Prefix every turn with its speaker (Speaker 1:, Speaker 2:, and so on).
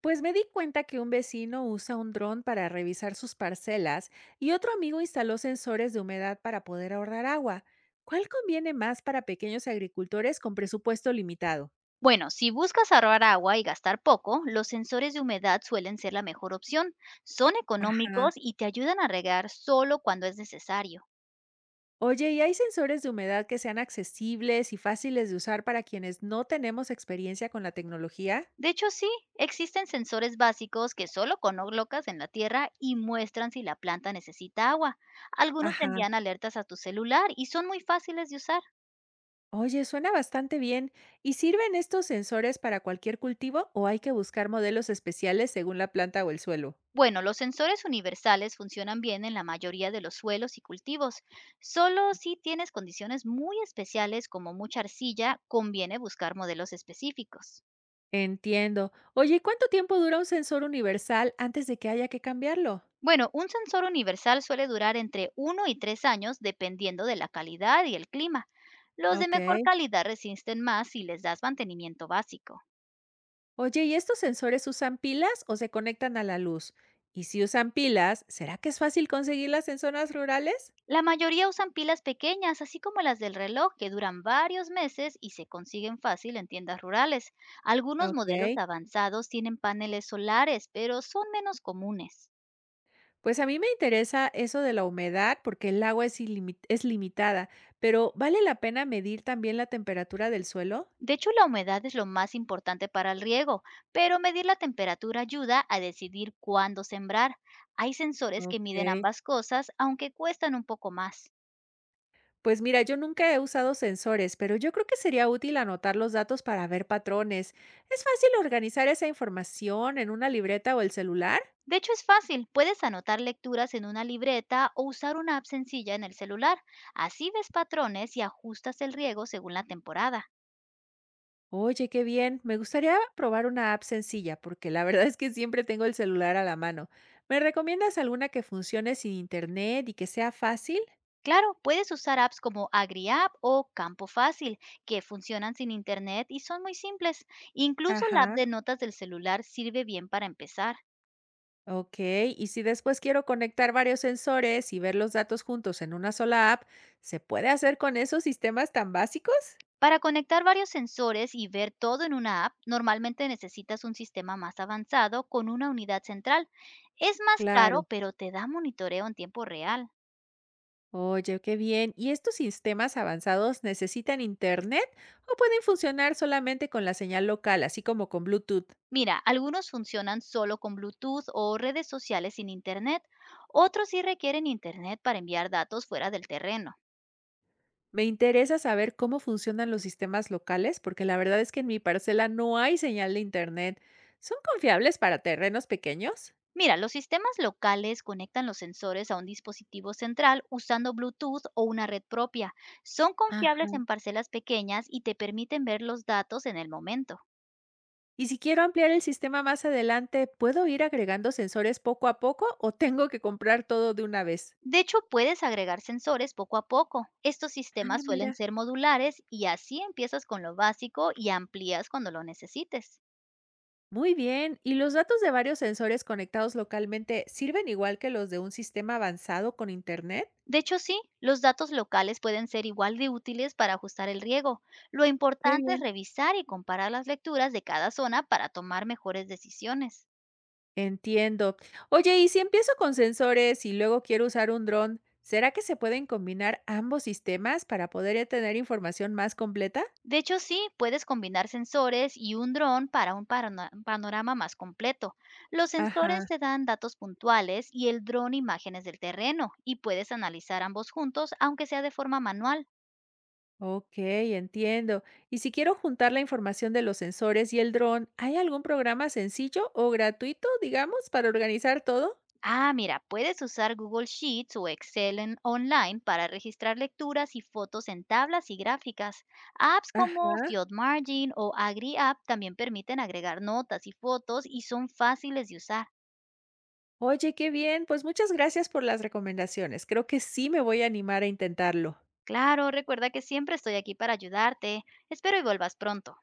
Speaker 1: Pues me di cuenta que un vecino usa un dron para revisar sus parcelas y otro amigo instaló sensores de humedad para poder ahorrar agua. ¿Cuál conviene más para pequeños agricultores con presupuesto limitado?
Speaker 2: Bueno, si buscas ahorrar agua y gastar poco, los sensores de humedad suelen ser la mejor opción. Son
Speaker 1: Ajá.
Speaker 2: económicos y te ayudan a regar solo cuando es necesario.
Speaker 1: Oye, ¿y hay sensores de humedad que sean accesibles y fáciles de usar para quienes no tenemos experiencia con la tecnología?
Speaker 2: De hecho, sí, existen sensores básicos que solo colocas en la tierra y muestran si la planta necesita agua. Algunos te
Speaker 1: Ajá.
Speaker 2: envían alertas a tu celular y son muy fáciles de usar.
Speaker 1: Oye, suena bastante bien. ¿Y sirven estos sensores para cualquier cultivo o hay que buscar modelos especiales según la planta o el suelo?
Speaker 2: Bueno, los sensores universales funcionan bien en la mayoría de los suelos y cultivos. Solo si tienes condiciones muy especiales como mucha arcilla, conviene buscar modelos específicos.
Speaker 1: Entiendo. Oye, ¿y cuánto tiempo dura un sensor universal antes de que haya que cambiarlo?
Speaker 2: Bueno, un sensor universal suele durar entre uno y 3 años dependiendo de la calidad y el clima. Los de
Speaker 1: Ok.
Speaker 2: mejor calidad resisten más si les das mantenimiento básico.
Speaker 1: Oye, ¿y estos sensores usan pilas o se conectan a la luz? Y si usan pilas, ¿será que es fácil conseguirlas en zonas rurales?
Speaker 2: La mayoría usan pilas pequeñas, así como las del reloj, que duran varios meses y se consiguen fácil en tiendas rurales. Algunos modelos
Speaker 1: Ok.
Speaker 2: avanzados tienen paneles solares, pero son menos comunes.
Speaker 1: Pues a mí me interesa eso de la humedad porque el agua es limitada, pero ¿vale la pena medir también la temperatura del suelo?
Speaker 2: De hecho, la humedad es lo más importante para el riego, pero medir la temperatura ayuda a decidir cuándo sembrar. Hay sensores que
Speaker 1: Ok.
Speaker 2: miden ambas cosas, aunque cuestan un poco más.
Speaker 1: Pues mira, yo nunca he usado sensores, pero yo creo que sería útil anotar los datos para ver patrones. ¿Es fácil organizar esa información en una libreta o el celular?
Speaker 2: De hecho, es fácil. Puedes anotar lecturas en una libreta o usar una app sencilla en el celular. Así ves patrones y ajustas el riego según la temporada.
Speaker 1: Oye, qué bien. Me gustaría probar una app sencilla, porque la verdad es que siempre tengo el celular a la mano. ¿Me recomiendas alguna que funcione sin internet y que sea fácil?
Speaker 2: Claro, puedes usar apps como AgriApp o Campo Fácil, que funcionan sin internet y son muy simples. Incluso la app
Speaker 1: Ajá.
Speaker 2: de notas del celular sirve bien para empezar.
Speaker 1: Ok, y si después quiero conectar varios sensores y ver los datos juntos en una sola app, ¿se puede hacer con esos sistemas tan básicos?
Speaker 2: Para conectar varios sensores y ver todo en una app, normalmente necesitas un sistema más avanzado con una unidad central. Es más caro,
Speaker 1: Claro.
Speaker 2: pero te da monitoreo en tiempo real.
Speaker 1: Oye, qué bien. ¿Y estos sistemas avanzados necesitan internet o pueden funcionar solamente con la señal local, así como con Bluetooth?
Speaker 2: Mira, algunos funcionan solo con Bluetooth o redes sociales sin Internet, otros sí requieren Internet para enviar datos fuera del terreno.
Speaker 1: Me interesa saber cómo funcionan los sistemas locales, porque la verdad es que en mi parcela no hay señal de internet. ¿Son confiables para terrenos pequeños?
Speaker 2: Mira, los sistemas locales conectan los sensores a un dispositivo central usando Bluetooth o una red propia. Son confiables
Speaker 1: Ajá.
Speaker 2: en parcelas pequeñas y te permiten ver los datos en el momento.
Speaker 1: Y si quiero ampliar el sistema más adelante, ¿puedo ir agregando sensores poco a poco o tengo que comprar todo de una vez?
Speaker 2: De hecho, puedes agregar sensores poco a poco. Estos
Speaker 1: Ah,
Speaker 2: sistemas suelen
Speaker 1: mira.
Speaker 2: ser modulares y así empiezas con lo básico y amplías cuando lo necesites.
Speaker 1: Muy bien. ¿Y los datos de varios sensores conectados localmente sirven igual que los de un sistema avanzado con Internet?
Speaker 2: De hecho, sí, los datos locales pueden ser igual de útiles para ajustar el riego. Lo
Speaker 1: Qué
Speaker 2: importante es
Speaker 1: bien.
Speaker 2: revisar y comparar las lecturas de cada zona para tomar mejores decisiones.
Speaker 1: Entiendo. Oye, ¿y si empiezo con sensores y luego quiero usar un dron, ¿será que se pueden combinar ambos sistemas para poder tener información más completa?
Speaker 2: De hecho, sí, puedes combinar sensores y un dron para un panorama más completo. Los sensores
Speaker 1: Ajá.
Speaker 2: te dan datos puntuales y el dron imágenes del terreno y puedes analizar ambos juntos, aunque sea de forma manual.
Speaker 1: Ok, entiendo. Y si quiero juntar la información de los sensores y el dron, ¿hay algún programa sencillo o gratuito, digamos, para organizar todo?
Speaker 2: Ah, mira, puedes usar Google Sheets o Excel online para registrar lecturas y fotos en tablas y gráficas. Apps como
Speaker 1: Ajá.
Speaker 2: Margin o AgriApp también permiten agregar notas y fotos y son fáciles de usar.
Speaker 1: Oye, qué bien. Pues muchas gracias por las recomendaciones. Creo que sí me voy a animar a intentarlo.
Speaker 2: Claro, recuerda que siempre estoy aquí para ayudarte. Espero y vuelvas pronto.